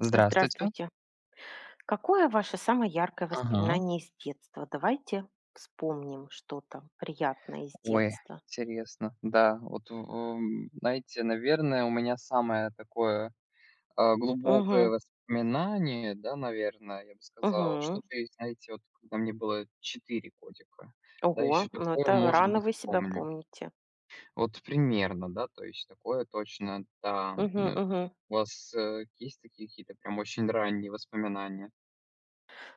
Здравствуйте. Здравствуйте. Какое ваше самое яркое Ага. воспоминание из детства? Давайте вспомним что-то приятное из Ой, детства. интересно. Да, вот, знаете, наверное, у меня самое такое, глубокое Угу, воспоминание, да, наверное, я бы сказал, угу. что-то из, знаете, вот когда мне было 4 годика, да, Ого, еще ну такое, это может рано быть, вы себя помню. помните. Вот примерно, да, то есть такое точно, да. Мгм, Ну, мгм. у вас, есть такие какие-то прям очень ранние воспоминания?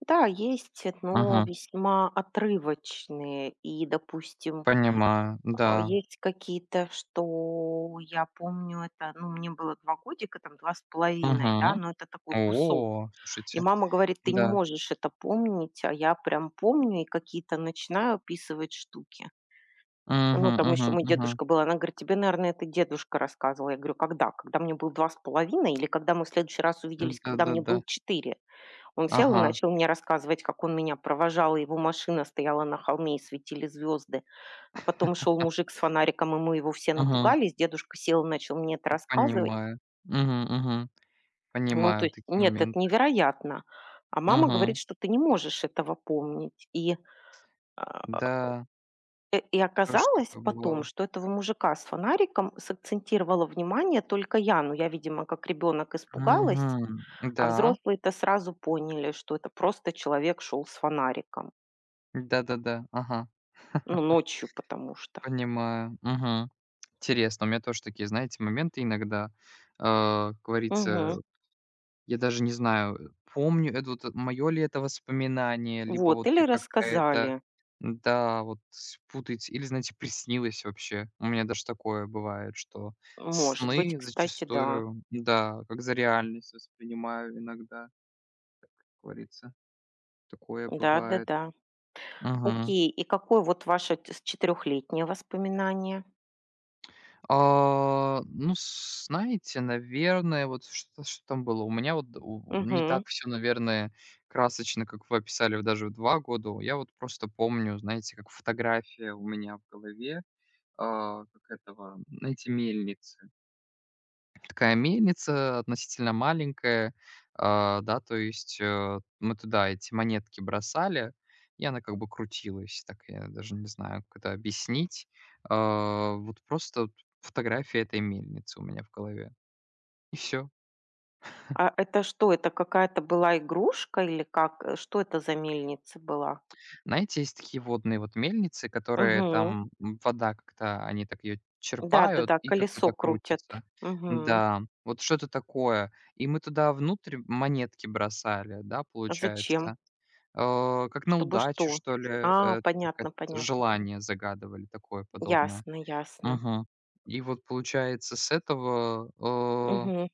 Да, есть, но Ага. весьма отрывочные и, допустим, Понимаю, да. есть какие-то, что я помню, это, ну, мне было 2 годика, там два с половиной, да, Ага. но это такой кусок. О, И слушайте, мама говорит: "Ты не да. можешь это помнить". А я прям помню и какие-то начинаю описывать штуки. Ну, Мгм, там еще мгм, мой мгм. дедушка был, она говорит: "Тебе, наверное, это дедушка рассказывал". Я говорю: "Когда? Когда мне было половиной или когда мы в следующий раз увиделись, когда мне Да-да-да. было четыре?" Он сел и Ага. начал мне рассказывать, как он меня провожал, и его машина стояла на холме и светили звезды. А потом шел мужик с фонариком, и мы его все Мгм. напугались. Дедушка сел и начал мне это рассказывать. Понимаю. Мгм, мгм. Ну, то Понимаю есть, такие нет, это моменты. невероятно. А мама говорит, Мгм. что ты не можешь этого помнить. А, Да, и тоже оказалось такое потом, бывало. что этого мужика с фонариком сакцентировала внимание только я. Ну, я, видимо, как ребенок испугалась, Мгм. а Да. взрослые-то сразу поняли, что это просто человек шел с фонариком. Да-да-да. Ага. Ну, ночью, потому что. Понимаю. Мгм. Интересно, у меня тоже такие, знаете, моменты иногда. Э, как говорится. Мгм. Я даже не знаю, помню это вот, мое ли это воспоминание, либо Вот, вот или я как-то это, рассказали. да, вот спутать или, знаете, приснилось вообще. У меня даже такое бывает, что Может быть, сны кстати, да. зачастую, да, как за реальность воспринимаю иногда, как говорится. Такое бывает. Да-да-да. Мгм. Окей, и какое вот ваше т с четырехлетнее воспоминание? А, ну, с знаете, наверное, вот что там было? У меня вот у не Мгм. так все, наверное, красочно, как вы описали в даже в 2 года. Я вот просто помню, знаете, как фотография у меня в голове, как этого, знаете, мельницы. Такая мельница относительно маленькая, да, то есть, мы туда эти монетки бросали, и она как бы крутилась. Так я даже не знаю, как это объяснить. А, вот просто вот фотография этой мельницы у меня в голове. И все. А это что, это какая-то была игрушка или как? Что это за мельница была? Знаете, есть такие водные вот мельницы, которые Мгм. там, вода как-то, они так ее черпают Да-да-да, и как-то колесо так крутят. крутится. Мгм. Да, вот что-то такое. И мы туда внутрь монетки бросали, да, А зачем? получается. Как на Чтобы удачу, что? что ли, А, как понятно, это понятно, понятно. желание загадывали, такое подобное. Ясно, ясно. Мгм. И вот получается с этого, э, Мгм.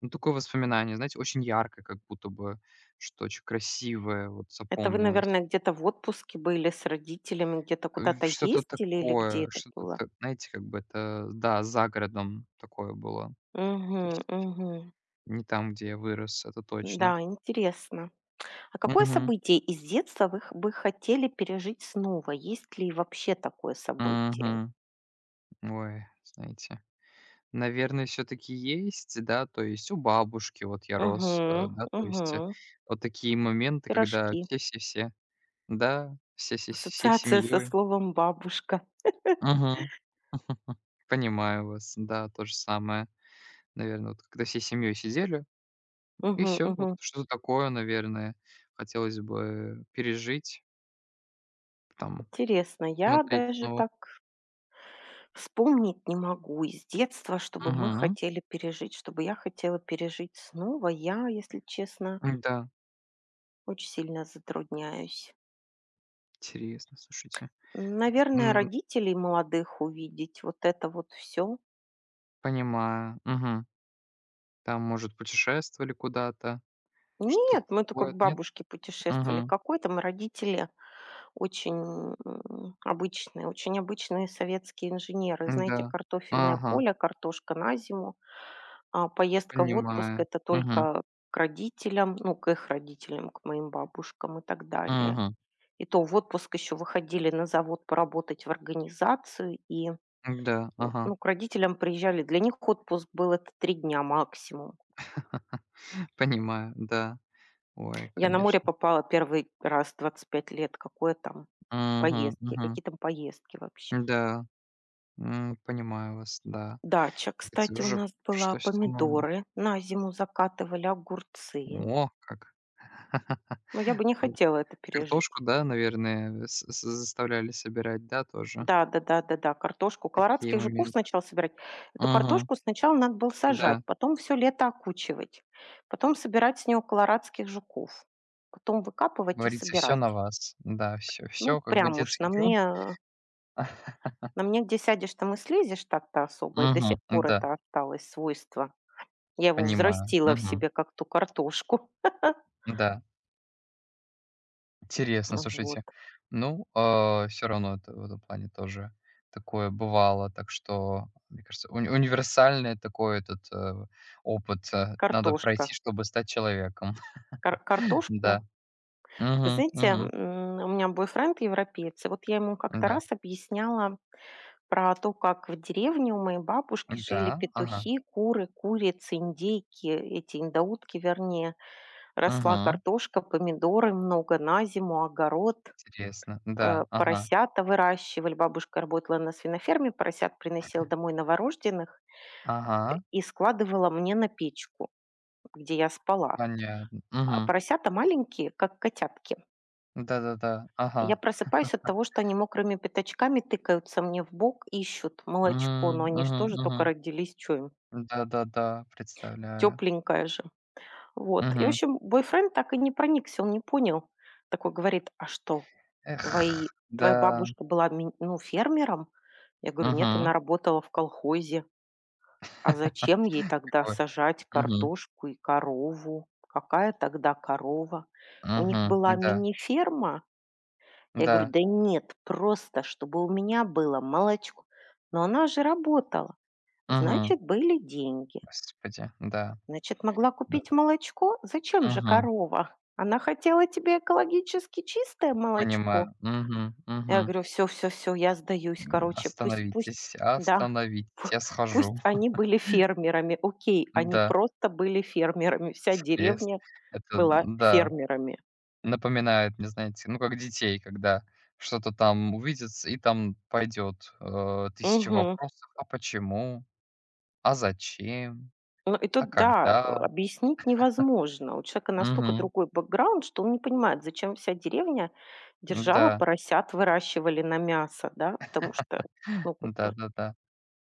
ну, такое воспоминание, знаете, очень яркое, как будто бы, что очень красивое вот Это вы, наверное, запомнилось. где-то в отпуске были с родителями, где-то В куда-то что-то ездили или где такое, это что-то, было? та знаете, как бы это, да, за городом такое было. Мгм, То есть мгм. не там, где я вырос, это точно. Да, интересно. А какое Угу, событие из детства вы х бы хотели пережить снова? Есть ли вообще такое событие? мгм. Ой, знаете. Наверное, все таки есть, да. То есть у бабушки вот я Угу, рос, да, то есть, угу. вот такие моменты, когда Пирожки. все-все-все, да, все всей Ассоциация со семьей. словом "бабушка". Мгм. Понимаю вас, да, то же самое. Наверное, вот когда всей семьей сидели, и Угу, все, вот угу. что-то такое, наверное, хотелось бы пережить, там, Интересно, я смотреть даже снова. так вспомнить не могу из детства, чтобы мы Мгм. хотели пережить, чтобы я хотела пережить снова. Я, если честно, Да, очень сильно затрудняюсь. интересно, слушайте. Наверное, М, родителей молодых увидеть, вот это вот все. понимаю. Мгм. Там, может, путешествовали куда-то. Что Нет, мы только такое, к нет? бабушке путешествовали. Мгм. Какой там родители, очень, обычные, очень обычные советские инженеры. Да, Знаете, картофельное ага, поле, картошка на зиму, а поездка в отпуск — понимаю. это Мгм. только к родителям, ну, к их родителям, к моим бабушкам и так далее. Мгм. И то в отпуск еще выходили на завод поработать в организацию, и, н Да, ага. ну, к родителям приезжали. Для них отпуск был — это 3 дня максимум. Понимаю, да. Ой, Я на море конечно. попала первый раз в 25 лет. Какое там Мгм. поездки? Мгм. Какие там поездки вообще? Да. Понимаю вас, да. Дача, Ведь кстати, у уже нас была, пришлось самому. помидоры на зиму закатывали, огурцы. О, как. Но я бы не Ой, хотела это пережить. картошку, да, наверное, с заставляли собирать, да, тоже? Да, да, да, да, да, картошку. Такие Колорадских жуков моменты. сначала собирать. Эту Мгм. картошку сначала надо было сажать, Да. потом все лето окучивать, потом собирать с неё колорадских жуков, потом выкапывать и Говорится, все на собирать. вас. Да, все. Ну, Все, как бы прям уж на детский труд. мне э, На мне где сядешь, там и слезешь так-то особо, и до сих Мгм. пор Да. это осталось свойство. Я его Понимаю. взрастила в Мгм. себе, как ту картошку. Да, интересно, Вот. слушайте. Ну, все равно это в этом плане тоже такое бывало. Так что, мне кажется, универсальный такой этот, опыт, надо Картошка. пройти, чтобы стать человеком. Картошку. Да. Вы Мгм, знаете, мгм. У меня бойфренд европеец, и вот я ему как-то Да. раз объясняла про то, как в деревне у моей бабушки Да, жили ага. петухи, куры, курицы, индейки, эти индоутки, вернее. Росла Мгм. картошка, помидоры много на зиму, огород. Интересно. Да, ага. Поросята выращивали. Бабушка работала на свиноферме, поросят приносила домой новорожденных Ага, и складывала мне на печку, где я спала. понятно. А Мгм. поросята маленькие, как котятки. Да-да-да. Ага. Я просыпаюсь от того, что они мокрыми пятачками тыкаются мне в бок, ищут молочко, Мгм, но они мгм, что же тоже только мгм. родились, что им? Да-да-да, представляю. Тепленькая же. Вот. И, в Мгм. общем, бойфренд так и не проникся, он не понял. Такой говорит, а что, Эх, твои, да. твоя бабушка была ну, фермером? Я говорю, нет, Мгм. она работала в колхозе. А зачем ей тогда Какой? сажать Мгм. картошку и корову? Какая тогда корова? У них Мгм. была Да, мини-ферма. Я говорю, да. да нет, просто чтобы у меня было молочко. Но она же работала. Мгм. Значит, были деньги. Господи, да, Значит, могла да. купить молочко? Зачем же Мгм. корова? Она хотела тебе экологически чистое молочко, Понимаю. Мгм, я мгм. говорю: все, все, все, я сдаюсь, короче, пусть пусть, Остановитесь, да, пу остановитесь, я схожу. пусть они были фермерами. Окей, они Да, просто были фермерами, вся интересно. деревня Это, была да, фермерами. напоминает мне, знаете, ну, как детей, когда что-то там увидят, и там пойдет, 1000 Мгм. вопросов: "А почему? А зачем? Ну и А тут, да, когда?" объяснить невозможно. У человека настолько Мгм. другой бэкграунд, что он не понимает, зачем вся деревня держала Да, поросят, выращивали на мясо, да, потому что, ну, как бы, да-да-да.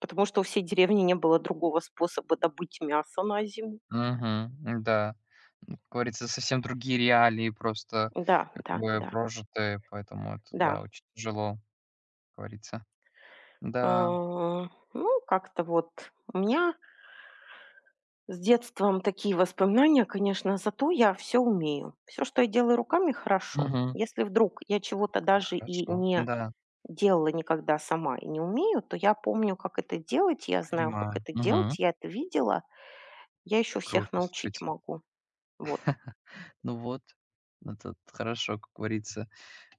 потому что у всей деревни не было другого способа добыть мясо на зиму. Мгм. Да. Как говорится, совсем другие реалии просто Да, как да, бы да, прожитые, поэтому это, да, да. очень тяжело, как говорится. А, Да. ну, как-то вот у меня с детством такие воспоминания, конечно, зато я все умею. Все, что я делаю руками, хорошо. Мгм. Если вдруг я чего-то Это даже и хорошо. не Да, делала никогда сама и не умею, то я помню, как это делать, я знаю, как понимаю. это Мгм. делать, я это видела, я еще всех Круто, научить слушайте. могу. Вот, Ну вот, это хорошо, как говорится.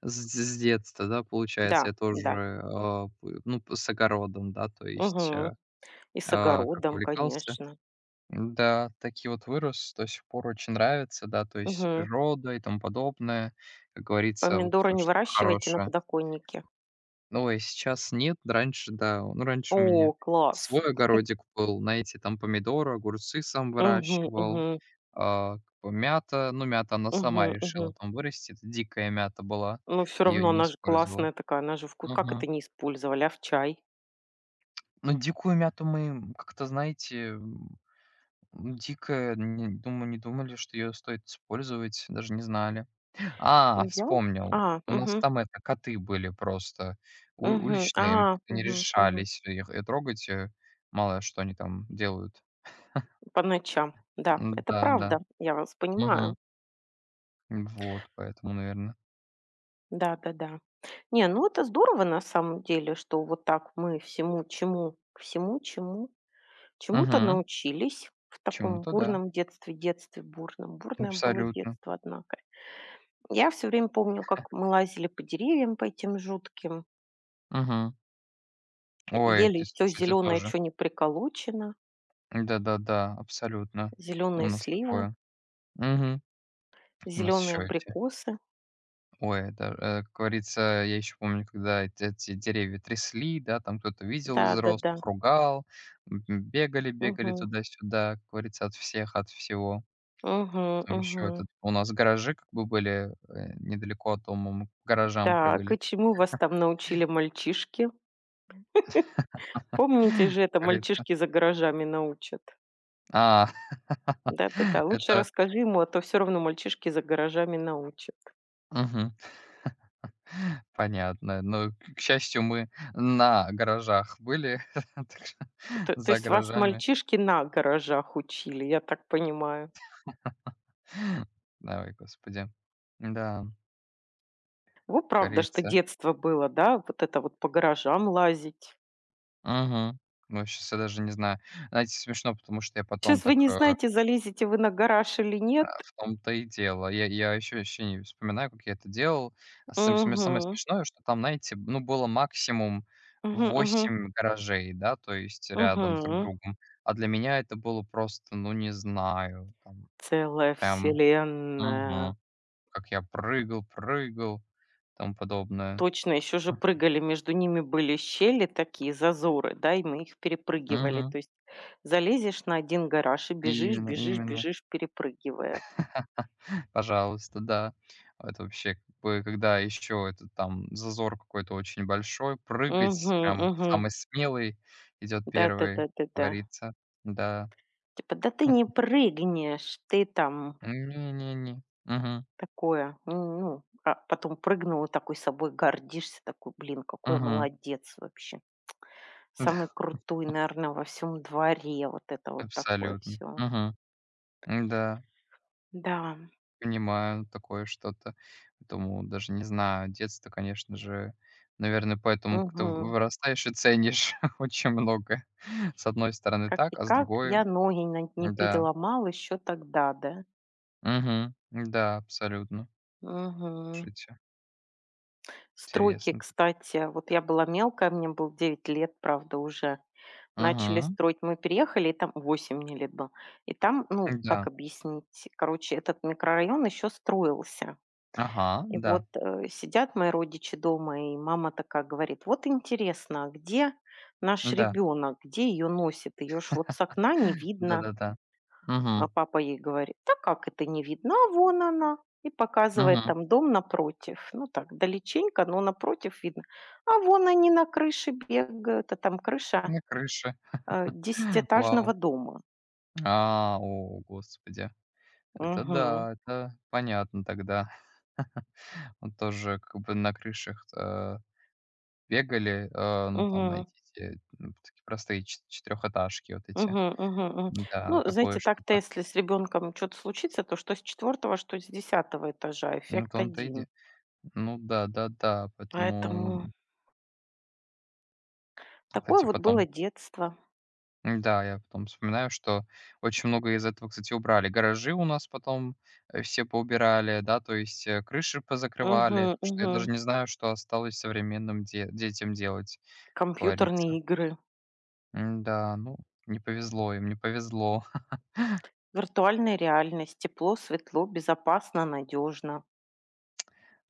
С детства, да, получается, да, я тоже, да. П ну, с огородом, да, то есть, Мгм. И с как огородом, увлекался. конечно. Да, такие вот вырос, до сих пор очень нравится, да, то есть Мгм. природа и тому подобное, как говорится, вот Помидоры не что выращивайте на хорошее. подоконнике. Ну, и сейчас нет, раньше, да, ну, раньше у меня О, класс. свой огородик был, знаете, там помидоры, огурцы сам Угу, выращивал, угу. Как бы мята, ну, мята она сама Мгм, решила мгм. там вырасти, это дикая мята была, Но все ее равно не она же использовал. классная такая, она же вкус. Как это Мгм. не использовали, а в чай? Ну, дикую мяту мы как-то, знаете. Дикая, не думаю, не думали, что ее стоит использовать, даже не знали. Ну, А, я вспомнил. А, У нас мгм, там это, коты были просто у мгм, уличные, мы а, как-то не мгм, мгм. решались их, трогать, мало что они там делают. По ночам. Да, это М-да, да, правда, я вас да. понимаю. Мгм. Вот, поэтому, наверное. Да-да-да. Не, ну это здорово на самом деле, что вот так мы всему чему чему-то Угу. научились в таком Чему-то да. бурном детстве, детстве бурном. Бурное было Абсолютно. детство, однако. Я все время помню, как мы лазили по деревьям, по этим жутким. Угу. Ой, ты Ели все слушайте зеленое, тоже. что не приколочено: Да-да-да, абсолютно. У зеленые нас сливы, такое. Угу. У нас зеленые еще эти. абрикосы. Ой, да, как говорится, я еще помню, когда эт эти деревья трясли, да, там кто-то видел из Да-да-да. взрослых, ругал, бегали Мгм. туда-сюда, как говорится, от всех, от всего. Мгм, Потом еще мгм. этот у нас гаражи как бы были, недалеко от дома, мы по гаражам Так, прыгали, и чему вас там научили мальчишки? Помните же это, как говорится. мальчишки за гаражами научат. А, Да-да-да, лучше это расскажи ему, а то все равно мальчишки за гаражами научат. мгм, понятно. Но к счастью, мы на гаражах были, так что То за есть вас гаражами. мальчишки на гаражах учили, я так понимаю. Давай, господи. Да. Во правда, что Корица. детство было, да? Вот это вот по гаражам лазить. Мгм. Ну, сейчас я даже не знаю. Знаете, смешно, потому что я потом Сейчас вы так, не знаете, залезете вы на гараж или нет. в том-то и дело. Я еще не вспоминаю, как я это делал. А самое Мгм. смешное, что там, знаете, ну, было максимум Мгм, мгм, 8 гаражей, да, то есть рядом с друг мгм. другом. А для меня это было просто, ну, не знаю, там Целая прям. вселенная. Мгм. Как я прыгал, прыгал, тому подобное. Точно, еще же прыгали, между ними были щели такие, зазоры, да, и мы их перепрыгивали. Мгм. То есть залезешь на один гараж и бежишь, Именно, бежишь, именно. бежишь, перепрыгивая. Пожалуйста, да. Это вообще как бы, когда еще это там зазор какой-то очень большой, Угу, прыгать прям угу. самый смелый идет первый, как Да-да-да-да-да. говорится. Да. Типа: "Да ты не прыгнешь, ты там". Не-не-не. Мгм, Такое, ну, а потом прыгнула такой собой, гордишься, такой: "Блин, какой я мгм. молодец вообще. Да, Самый крутой, наверное, во всем дворе". Вот это вот такое абсолютно. все. Мгм. Да, Да, понимаю такое что-то. Поэтому даже не знаю, детство, конечно же, наверное, поэтому как-то мгм. вырастаешь и ценишь очень много. С одной стороны Как и так, а с как другой, я ноги на не да. переломала еще тогда, да? Мгм. Да, абсолютно. Мгм. Слушайте, Стройки, интересно. кстати, вот я была мелкая, мне было 9 лет, правда, уже. Начали Мгм. строить, мы переехали, и там 8 мне лет было. И там, ну, как Да. объяснить, короче, этот микрорайон еще строился. Ага, да. Сидят мои родичи дома, и мама такая говорит, вот интересно, а где наш Да. ребенок, где ее носит? Ее ж вот с окна не видно. Да-да-да. А Мгм. папа ей говорит, да как это не видно, а вон она. И показывает Мгм. там дом напротив. Ну так, далеченько, но напротив видно. А вон они на крыше бегают, а там крыша На крыше. Десятиэтажного Вау. дома. А, о, господи. Это Угу. да, это понятно тогда. Вот тоже как бы на крышах, бегали, ну, там найти те, ну, такие простые четырехэтажки вот эти. Мгм, мгм, мгм. Да, Ну, вот такое знаете, так-то, что-то. если с ребенком что то случится, то что с четвертого что с десятого этажа, Ну, в эффект том-то один. иди. Ну да, да-да, поэтому, Поэтому такое кстати, вот было потом детство. да я потом вспоминаю, что очень много из этого, кстати, убрали. Гаражи у нас потом, все поубирали, да, то есть, крыши позакрывали, Мгм, так что я мгм. даже не знаю, что осталось современным де детям делать, как Компьютерные говорится. игры, М-да, ну, не повезло им, не повезло. виртуальная реальность, тепло, светло, безопасно, надежно.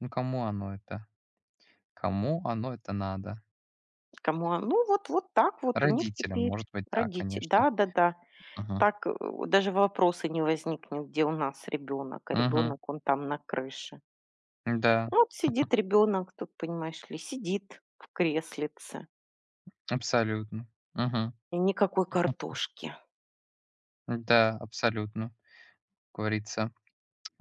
Ну, кому оно это? Кому оно это надо? Ну вот, вот так вот у них Родителям, теперь может быть, да, родители. конечно. Да, да, да. Мгм. Так э, даже вопроса не возникнет, где у нас ребенок, а Мгм. ребенок он там на крыше. Да, Ну, вот сидит ребенок тут, понимаешь ли, сидит в креслице, абсолютно. Мгм. и никакой картошки. Да, абсолютно, как говорится.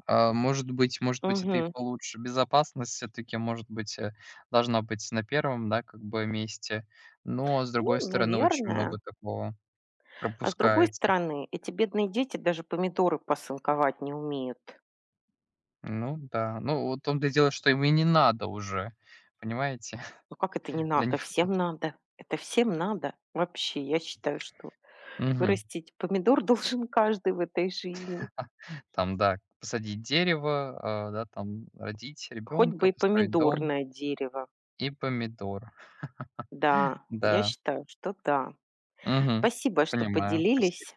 А, может быть, это и Мгм. получше. Безопасность все таки может быть, должна быть на первом, да, как бы месте. Но, с Ну, другой стороны, очень наверное. много такого А с другой пропускается. стороны, эти бедные дети даже помидоры посынковать не умеют. Ну да. Ну, вот в том-то и дело, что им и не надо уже, понимаете? Ну как это не Для надо? них это. Всем надо. Это всем надо. Вообще, я считаю, что Мгм. вырастить помидор должен каждый в этой жизни. Там, да, посадить дерево, да, там родить Хоть бы ребенка, и построить дом помидорное дерево. и помидор. Да, я Да. считаю, что да. Мгм. Спасибо, что Понимаю. Спасибо. поделились.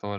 Тоже.